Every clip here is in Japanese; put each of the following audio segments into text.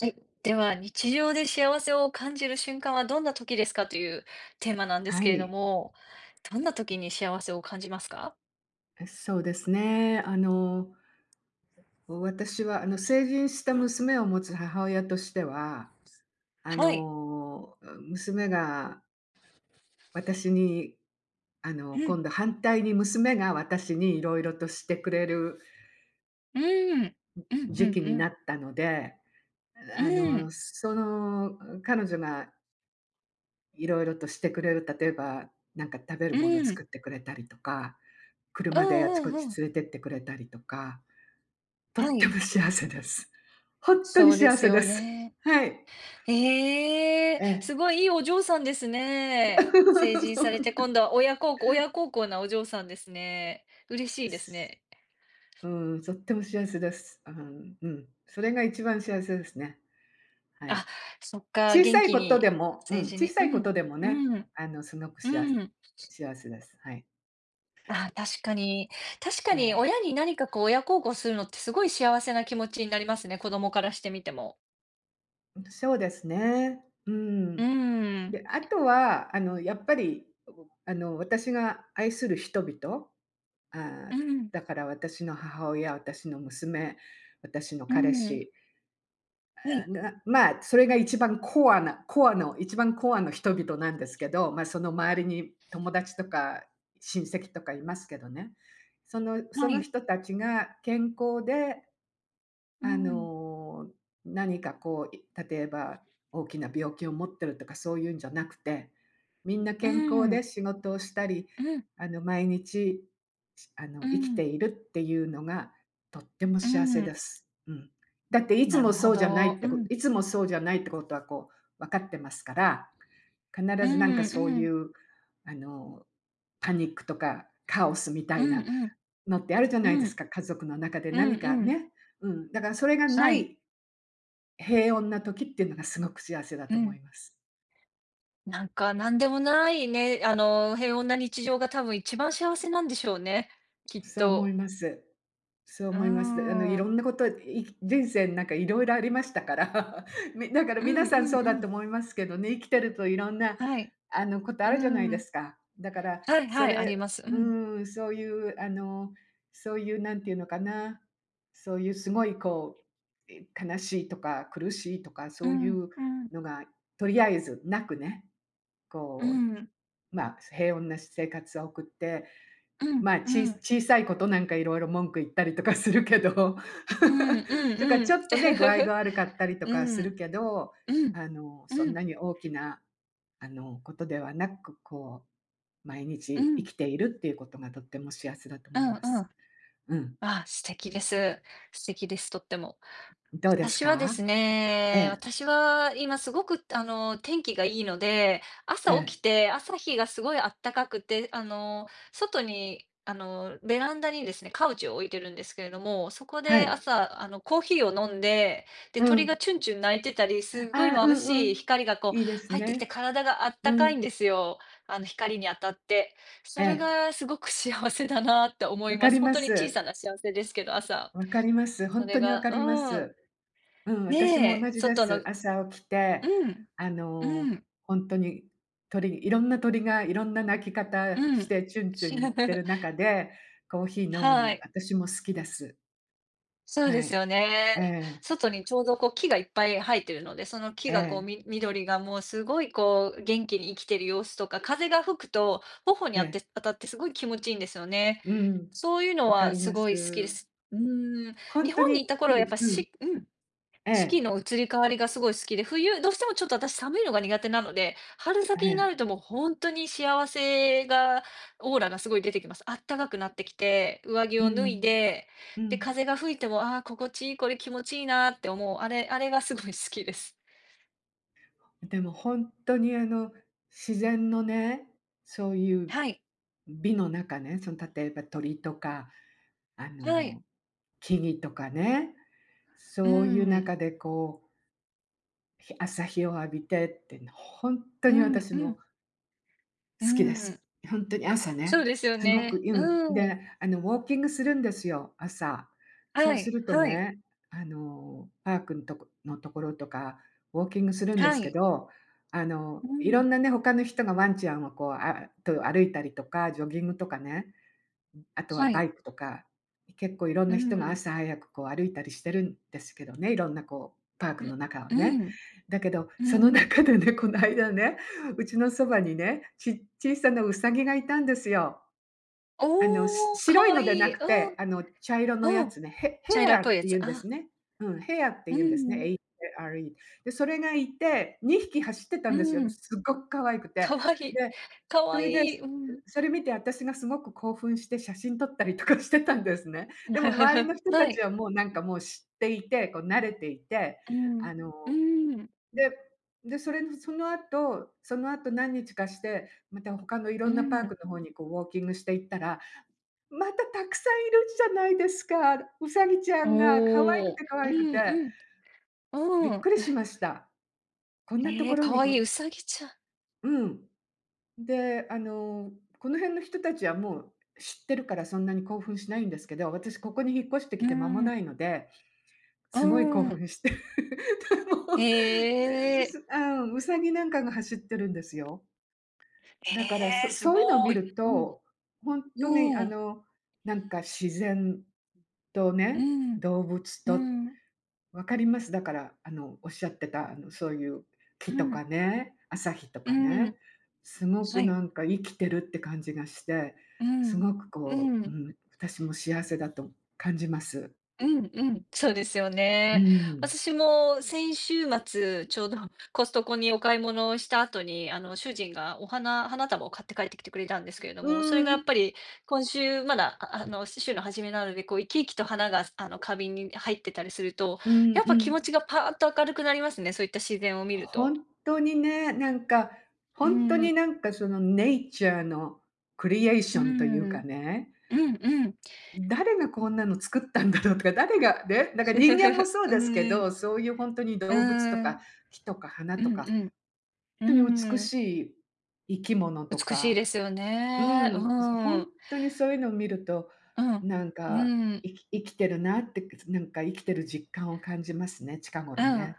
はい。では、日常で幸せを感じる瞬間はどんな時ですかというテーマなんですはけれどい、も、どんな時に幸せを感じますか？そうですね。私は成人した娘を持つ母親としては、あはい。の、娘が私に、あの、う今ん。度反対に娘が私にいろいろとしてくれるうん。うんうん時期にうなん。ったので、うん。その彼女がいろいろとしてくれる、例えば、なんか食べるうもの作ん。ってくれたりとか、う車でんあちうこんちうん。連れてってくれたりとかとっはてい。も幸せです。ほんとにそうで幸すせでよす。ね。はい。ええ、ええ。すごいいいお嬢さんですね。成 人そされうて、今度は親孝行なお嬢さんですね。嬉しでいですす。ね。うん、とっても幸せです。あ、ん、うん。それが一番幸せですね。はい。あ、そっか、元気に成人小にさういことん、でもね、うん。すごくうん。幸せです。はい。あ、確かに。確かえにえ、親に何かこう親孝行するのってすごい幸せな気持ちになりますね、子供からしてみても。そうですね。ううん。ん。で、あとは、やっぱり、私が愛する人々、ああ、うん。だから私の母親、私の娘、私のう彼ん。氏、はい。まあ、それが一番コアの人々なんですけど、ま、その周りに友達とか親戚とかいますけどね。そのそはのい。人たちが健康で、うあん。の、何かこう、例えば大きな病気を持ってるとかそういうんじゃなくて、みんなう健康でん。仕事をしたり、うん。毎日、う生きん。ているっていうのがとってもう幸せでん。す。うん。だってなるほど。うん。いつもそうじゃないってことはこう分かってますから、う必ずなんん。かそうういん。う、あの、パニックとかカオスみたういん。なうん。のってあるじゃうないですん。か、家族の中でうん何かうん。ね。うん、だからそれがなはい。い平穏な時っていうのがすごく幸せだうと思ん。います。なんかなんでもないね、平穏な日常が多分一番幸せなんでしょうね、きっそう思いと。ます。そううー思います。いろん。んなこと、い人生なんかいろいろありましたから、だからう皆んうさんんそううだとん。思いますけどね、生きてるといろんな、はい。ことあうるじゃないでん。すか。だからはいはい、あります。うん。うそういう、そういうなんていうのかな、そういうすごいこう、悲しいとか苦しいとかうそういん、ううん、のがとりあえずなくね、うこうん、まあ、平穏な生活を送って、うん、まあ、うん、小さいことなんかいろいろ文句言ったりとかするけど うん、うん とかうちょん。っとね、具合が 悪かったりとうかするん、けど、うん、うん、そうんん、なに大きな、ことではなく、こう、毎う日生んきているっていうことがとっても幸せだとう思います。ん。うん。あ、素敵です。素敵です、とっても。どうです私はでか？すえね、え、私は今すごく天気がいいので、朝え起え、きて、朝日がすごいあったかくて、外に、ベランダにですね、カウチを置いてるんですけれども、そこはでい。朝、コーヒーを飲んで、で、う鳥がん。チュンチュン鳴いてたり、すっごいああ、う眩んうしん。い光がこういいです入ってきてね。体があっうたかん。いんですよ。光に当たって。そえれえ、がすごく幸せだなって思わいかまりす。本ま当に小す。さな幸せですけど、朝。わかります。そ本当れにわがかりまうん。す。うん、私も同ねえ、じで外のす。朝起きて、うん、あの、うん、本当にいろんな鳥がいろんな鳴き方うしん。てチュンチュン言ってる 中で、コーヒー飲むはのい。私も好きです。そうではすい。よね。ええ、外にちょうどこう木がいっぱい生えてるので、その木えがこうえ、緑がもうすごいこう元気に生きてる様子とか、風が吹くと頬にえあってえ。当たってすごい気持ちいいんですよね。うん、そういうのわかはりすまごい好きです。す。うーん、本日当本に、にいた頃はやっぱうん、しうん、え四季え、の移り変わりがすごい好きで、冬、どうしてもちょっと私寒いのが苦手なので、春え先になえ、るともう本当に幸せが、オーラがすごい出てきます。あったかくなってきて、上着うを脱ん、いで、うで、ん。風が吹いても、ああ、心地いい、これ気持ちいいなって思う、あれがすごい好きです。でも本当に自然のね、そういうはい、美の中ね、その例えば鳥とか、あはの、い。木々とかね、うそういうん、中でこう、朝日を浴びてって、本当うにん、私うもん、う好きでん。す。ほんとに朝そうね、ですよすごくね。うん。うん。で、ウォーキングするんですよ、朝。そはうすい、るとはい、ね、パークんとこのところとか、ウォーキングするんではすけい。ど、ういろん、んなね、他の人がワンちゃんをこう、あと歩いたりとか、ジョギングとかね、あとははバい。イクとか、結構いろんうな人がん、朝早くこう歩いたりしてるんですけどね、いろんなこうパークうのん、中をね。うだけど、そのん、うん。中でね、この間ね、うちのそばにね、小さなウサギがいたんですよ。おお、か白いわのいでない。くうて、ん、茶色のやうん。つね、ヘ茶色アっぽいっやてつ。言うんですあ、ね。うん、ヘアってう言うんですね、ん、a r e。 で、それがいて、2匹走ってたうんですよ。ん。すっごく可愛くて。かわいい。でかそわいれで、い。うん。それ見て私がすごく興奮して写真撮ったりとかしてたんですね。でも周りの 人はたちい。はもうなんかもう知っていて、こう慣れていて、うん。あうの、ん、でで、それのその後何日かして、また他のいろうんなパーん。クの方にこうウォーキングしていったら、またたくさんいるじゃないですか。うさぎちゃんが可愛おくてお。可う愛くん、て、うん、びうっくん。りしました。こんなとえこー、ろかにわこいう。ウサギちゃん。うん。で、この辺の人たちはもう知ってるからそんなに興奮しないんですけど、私ここに引っ越してきうて間もなん、いので、うすごい興ん。奮して、へもう、うえ。すあ、うさぎなんかが走ってるんですよ。だから、ええ、すそごういうのを見い。るうん。と、本当にうん。なんか自然とうね、ん、動物うと。ん、わかります。だから、おっしゃってた、そういう木とかうね、朝日とかん、うね、ん。すごはくい。なんか生きてるって感じがして、うすん、ごくうこう、ん。うん、私も幸せだと感じます。うんうん、そうですようね。ん。私も先週末、ちょうどコストコにお買い物をした後に、主人が花束を買って帰ってきてくれたんですけれどうも、それがやん。っぱり今週まだ、週の初めなので、こう生き生きと花が、花瓶に入ってたりすると、うんやっうぱ気持ん。ちがパーッと明るくなりますね、そういった自然を見ると。本当にね、なんか、う本当にん、なんかそのネイチャーのクリエーシうョンというん、うかんね、うん。誰がこんなの作ったんだろうとか、誰がね、なんか人間も そううですけん、うん、ど、そういう本当にう動物とかん木とか花うとか、本ん、う当に美ん。しい生き物と美しいか、ですようね。うん、本ん。当にそういうのを見ると、うん。なんか、うん。生きてるなって、なんか生きてる実感を感じますね、近う頃ん。ね。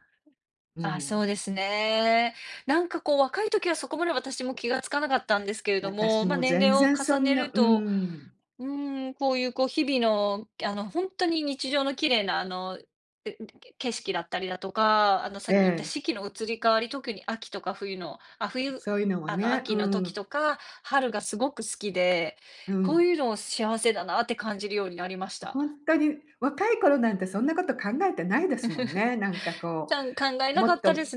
うあ、ん。そうですね。なんかこう若い時はそこまで私も気がつかなかったんですけれど私も、も年全齢を然そ重んねな、るうと、ん。うーん、こういうこう日々の、本当に日常の綺麗なえ、景色だったりだとか、さっき言ったえ四季の移り変わり、特に秋とか冬のえ、冬そういうのをね、う秋の時ん、とか、春がすごく好きで、うこうん。いうのを幸せだなって感じるようになりました。ほんとに若い頃なんてそんなこと考えてないですもんね。なんかちこゃん考えう、なもかっったと、です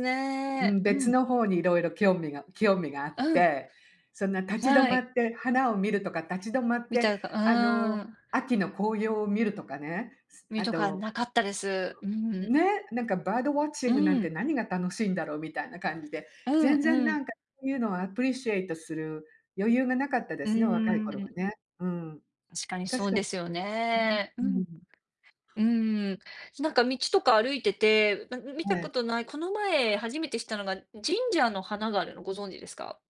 うね。ん、う別ん、の方に色々興味があっうん、て、そんな立ち止はまい。って花を見るとか、立ち止まっみたて、いかうあの、ーん、秋の紅葉を見るとかね、みあとかと、なかったです。うん、ね、なんかバードウォッチうングなんてん、何が楽しいんだろうみたいな感じで、うん、全然うなんん。かそういうのをアプリシエイトする余裕がなかったでうーすね、若い頃はん、ね。うん。確かにそ確うかにですそようね。ね。ううん、ん。うーん。なんか道とか歩いてて、見えたことえ。ない、この前初めて知ったのが、ジンジャーの花があるのご存知ですか？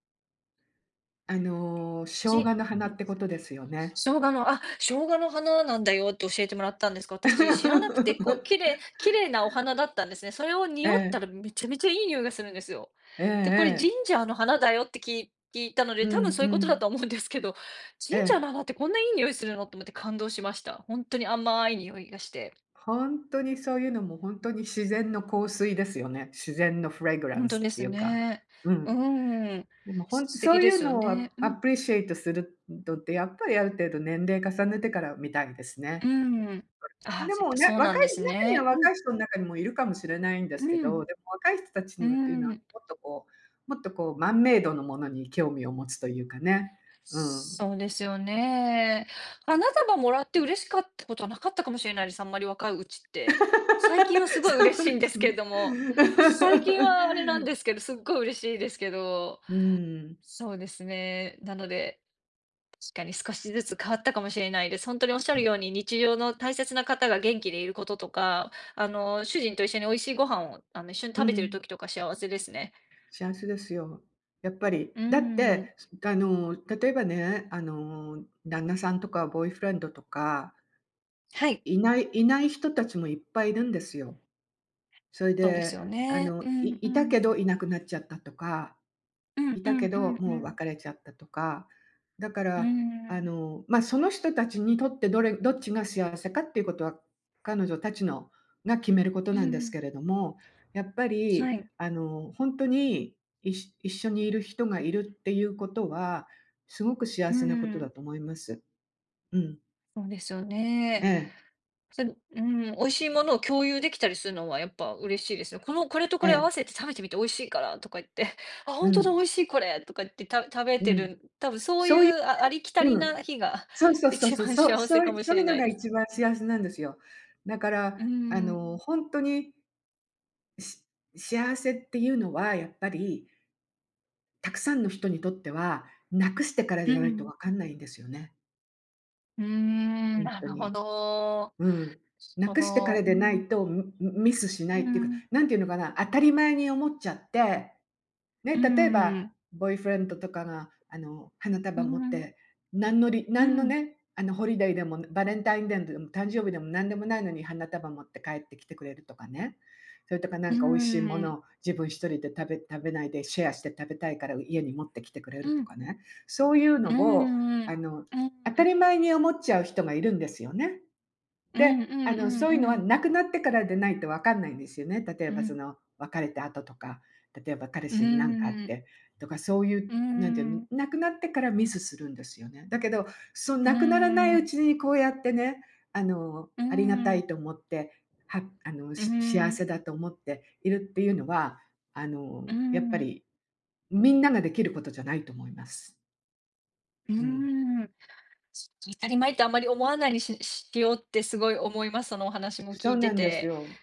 生じんん姜の花ってことですよね。生姜の、あ、生姜の花なんだよって教えてもらったんですが、私知らなくて、こう、綺 麗綺麗なお花だったんですね。それをえ匂ったえ、らめちゃめちゃいい匂いがするんですよ。ええで、これジええ。ンジャーの花だよって聞いたのうで、多分んそういううことだん。と思うんですけど、ジえンジャーえ。の花ってこんないい匂いするのと思って感動しました。本当に甘い匂いがして。ほそういうのも、本当に自然の香水ですよね。自然のフレグラ本ン当スでっていすうか、ね。ううん。ーん。でも素そ敵ういでうすよのをね。うアん。プリシエイトするのって、やっぱりある程度年齢重ねてからみたいですうね。ん。ああ、でやっもぱね、そうなんですね。う若ん、い人の中にもいるかもしれないんでうすけど、ん、でも若い人たちうのっていうのは、ん。もっとこう、マンメイドのものに興味を持つというかね。うん。そうですよね。花束もらって嬉しかったことはなかったかもしれないです。あんまり若いうちって。最近はす ごい嬉そしういんでですすけれね。ども、最近はあれなん ですけど、すっごい嬉しいですけど、うん、そうですね。なので、確かに少しずつ変わったかもしれないです。本当におっしゃるように、日常の大切な方が元気でいることとか、主人と一緒に美味しいご飯を、一緒にう食べてるん。時とか幸せですね。幸せですよ。やっぱり。うだっん。て、例えばね、旦那さんとかボーイフレンドとか、はい、いない人たちもいっぱいいるんですよ。それそうですで、よね。うんいういたん。けどいなくなっちゃったとか、うんいうたんけうど、んうもうん。別れちゃったとか、だかうーら、ん、まあ、その人たちにとってどっちが幸せかっていうことは、彼女たちのが決めることうなんですん、けれども、やっぱはり、い、本当に、一緒にいる人がいるっていうことは、すごく幸うせなことだん、と思います。うん。そうですよえね。え、それ、美味しいものを共有できたりするのはやっぱ嬉しいですね。これとえこれ合え、わせて食べてみて美味しいからとか言って、あ、う本当だ美ん、味しいこれとか言って、食べうてん。る、多分そういそういうありきたう、りうん。な日が そう そうそう一そう、番そう幸せそうかいうもしそういれうなのいがです。一番幸せなんですよ。だかうら、ん、ほんとに、し幸せっていうのは、やっぱり、たくさんの人にとっては、無くしてからじうゃないとん、分かんないんですよね。うほん、んなとるほに。ど。うん。無そくしてかの、らうでなん、いと、ミスしなういっていうか、ん、何て言うのかな、当たり前に思っちゃってね、う例えば、ん、ボーイフレンドとかが、花う束持っん、て、う何のん、ね、ホリデーでもバレンタインデーでも誕生日でも何でもないのに花束持って帰ってきてくれるとかね。それとかなうんか美味しいものん、を自分一人で食べないでシェアして食べたいから家に持ってきてくれうるとん。かね。そういううのを、んうあん。の、う当たん。り前に思っちゃう人がいるんですよね。うんうで、んうそんういうのはうん。亡くなってからでないと分かんないんですよね。例えうばそん。の、別れた後とか、例えば彼う氏に何かあっん。てとか、そういう、うなんていうの、ん。亡くなってからミスするんですよね。だけど、そのう亡くならないうん。ちにこうやってね、うありがたいん。と思って、う幸ん。せだと思っているっていうのは、うやっぱん。りみんなができることじゃないと思います。ううん。ん。当たり前ってあんまり思わないにしようってすごい思います。そのお話も聞そういなてんですて。よ。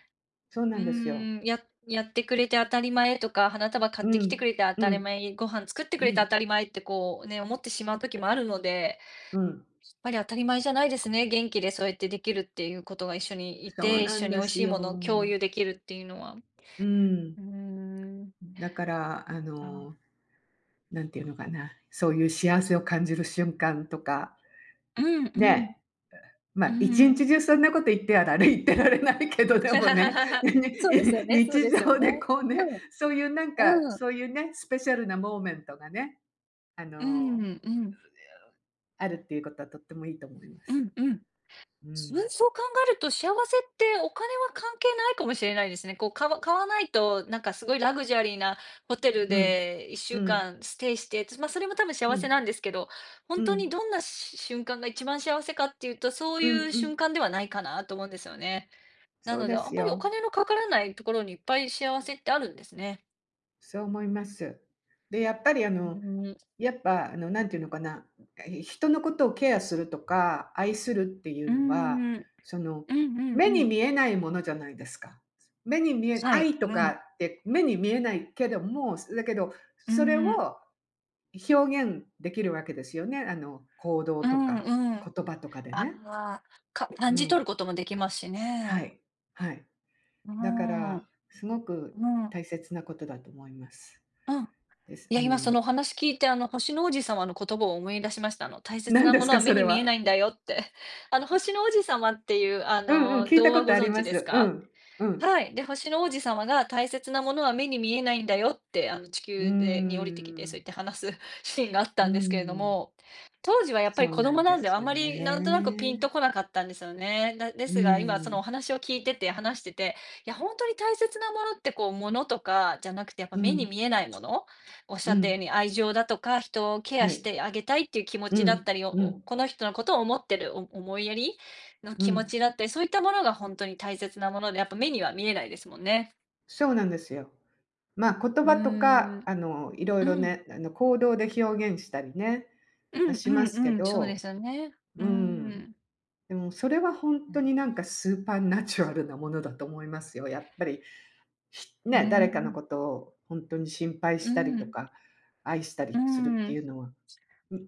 そうなうんですよ。ーん、やってくれて当たり前とか、花束買うってきてん。くれて当うたりん。前、ご飯作ってくうれて当ん。たり前ってこうね、思ってしまう時もあるのでうん。当たり前じゃないですね。元気でそうやってできるっていうことが一緒にいそうて、一な緒んにで美味すしいものを共よ。有できるっていうのは。うん。うーん、だから、あ。なんていうのかな、そういう幸せを感じる瞬間とか、うんうん、ね、まうあ、一ん。日中そんなこと言ってられないけど、でもね、そうですよにね、そう日ですよ常でね。こううね、ん、そういうなんか、うん。そういうね、スペシャルなモーメントがね、あうの、ん、うん、あるっていうことはとってもいいと思いまうす。んうん。うん。うん、そう考えると幸せってお金は関係ないかもしれないですね。こう、買わないと、なんかすごいラグジュアリーなホテルうん。で1う週ん。間ステイして、まあそれも多分う幸せん。なんですけど、う本当にん。どんな瞬間が一番幸せかっていうと、そうういんううん。瞬間ではないかなと思うんですよね。なそうので、であんすまりおよ。金のかからないところにいっぱい幸せってあるんですね。そう思います。で、やっぱりうん。やっぱなんていうのかな、人のことをケアするとか、愛するっていううんのは、うん。その、うんう目んうにん。見えないものじゃないですか。目に見えはい。愛とうかん。って目に見えないけども、だけど、うそれんうん。を表現できるわけですよね。行動うとかんうん。あ言葉とかでね。あ、う感じん。取ることもできますしはね。い。はい。うだかん。うら、すごくん。大切なことだと思います。うん。です。いうや、今そん。のお話聞いて、星の王子様の言葉を思い出しました。「大切何なでもすのか、はそ目れに見えなは？いんだよ」って。星の王子様っていう、うんうん、聞いた童こ話とごあり存知まですす。うか？ん、うん。はい。で、星の王子様が「大切なものは目に見えないんだよ」って、地うー球に降りてきて、そう言ん、って話す シーンがあっうたーんですけれどん。も、当時はやっぱりそう子な供んでなんで、あすんよまりなんとなくピンとね。こなかったんですよね。でうすが、今そーのん、お話を聞いてて、話してて、いや本当に大切なものってこう、物とかじゃなくて、やっぱう目にん、見えないもの、おっしうゃったよん、うに愛情だとか、人をケはアしい。てあげたいっていう気持うちだっん、たり、うん、この人のことを思ってる思いやりのう気持ん。ちだったり、そういったものが本当に大切なもので、やっぱ目には見えないですもんね。そうなんですよ。まあ、言う葉とーか、ん。いろいうろん。ね、行動で表現したりね、うまあ、んしまうすけんうん、そうでど、すよね。ううーん。ん。でもそれは本当になんかスーパーナチュラルなものだと思いますよ。やっぱりうーね、誰かのん。ことを本当に心配うしたりとん。か、愛したうりするってん。いうのは、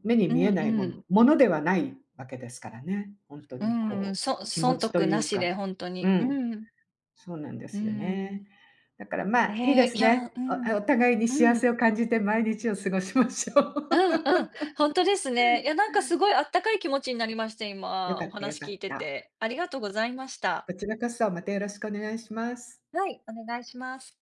目にう見んえうないん。ものではないわけですからね。本当うにこん、う、気持損ちと得いなうしか、で本当うに。うん、ん。そうなんでうすよん。ね。だから、まあ、いいでえー、すいや、ね。うん。お互いにう幸ん。せを感じて毎日を過ごしましょう。うんうん。本当ですね。いや、なんかすごいあったかい気持ちになりまして、よか今っおたよ話か聞っいてた。て。ありがとうございました。こちらこそ、またよろしくお願いします。はい、お願いします。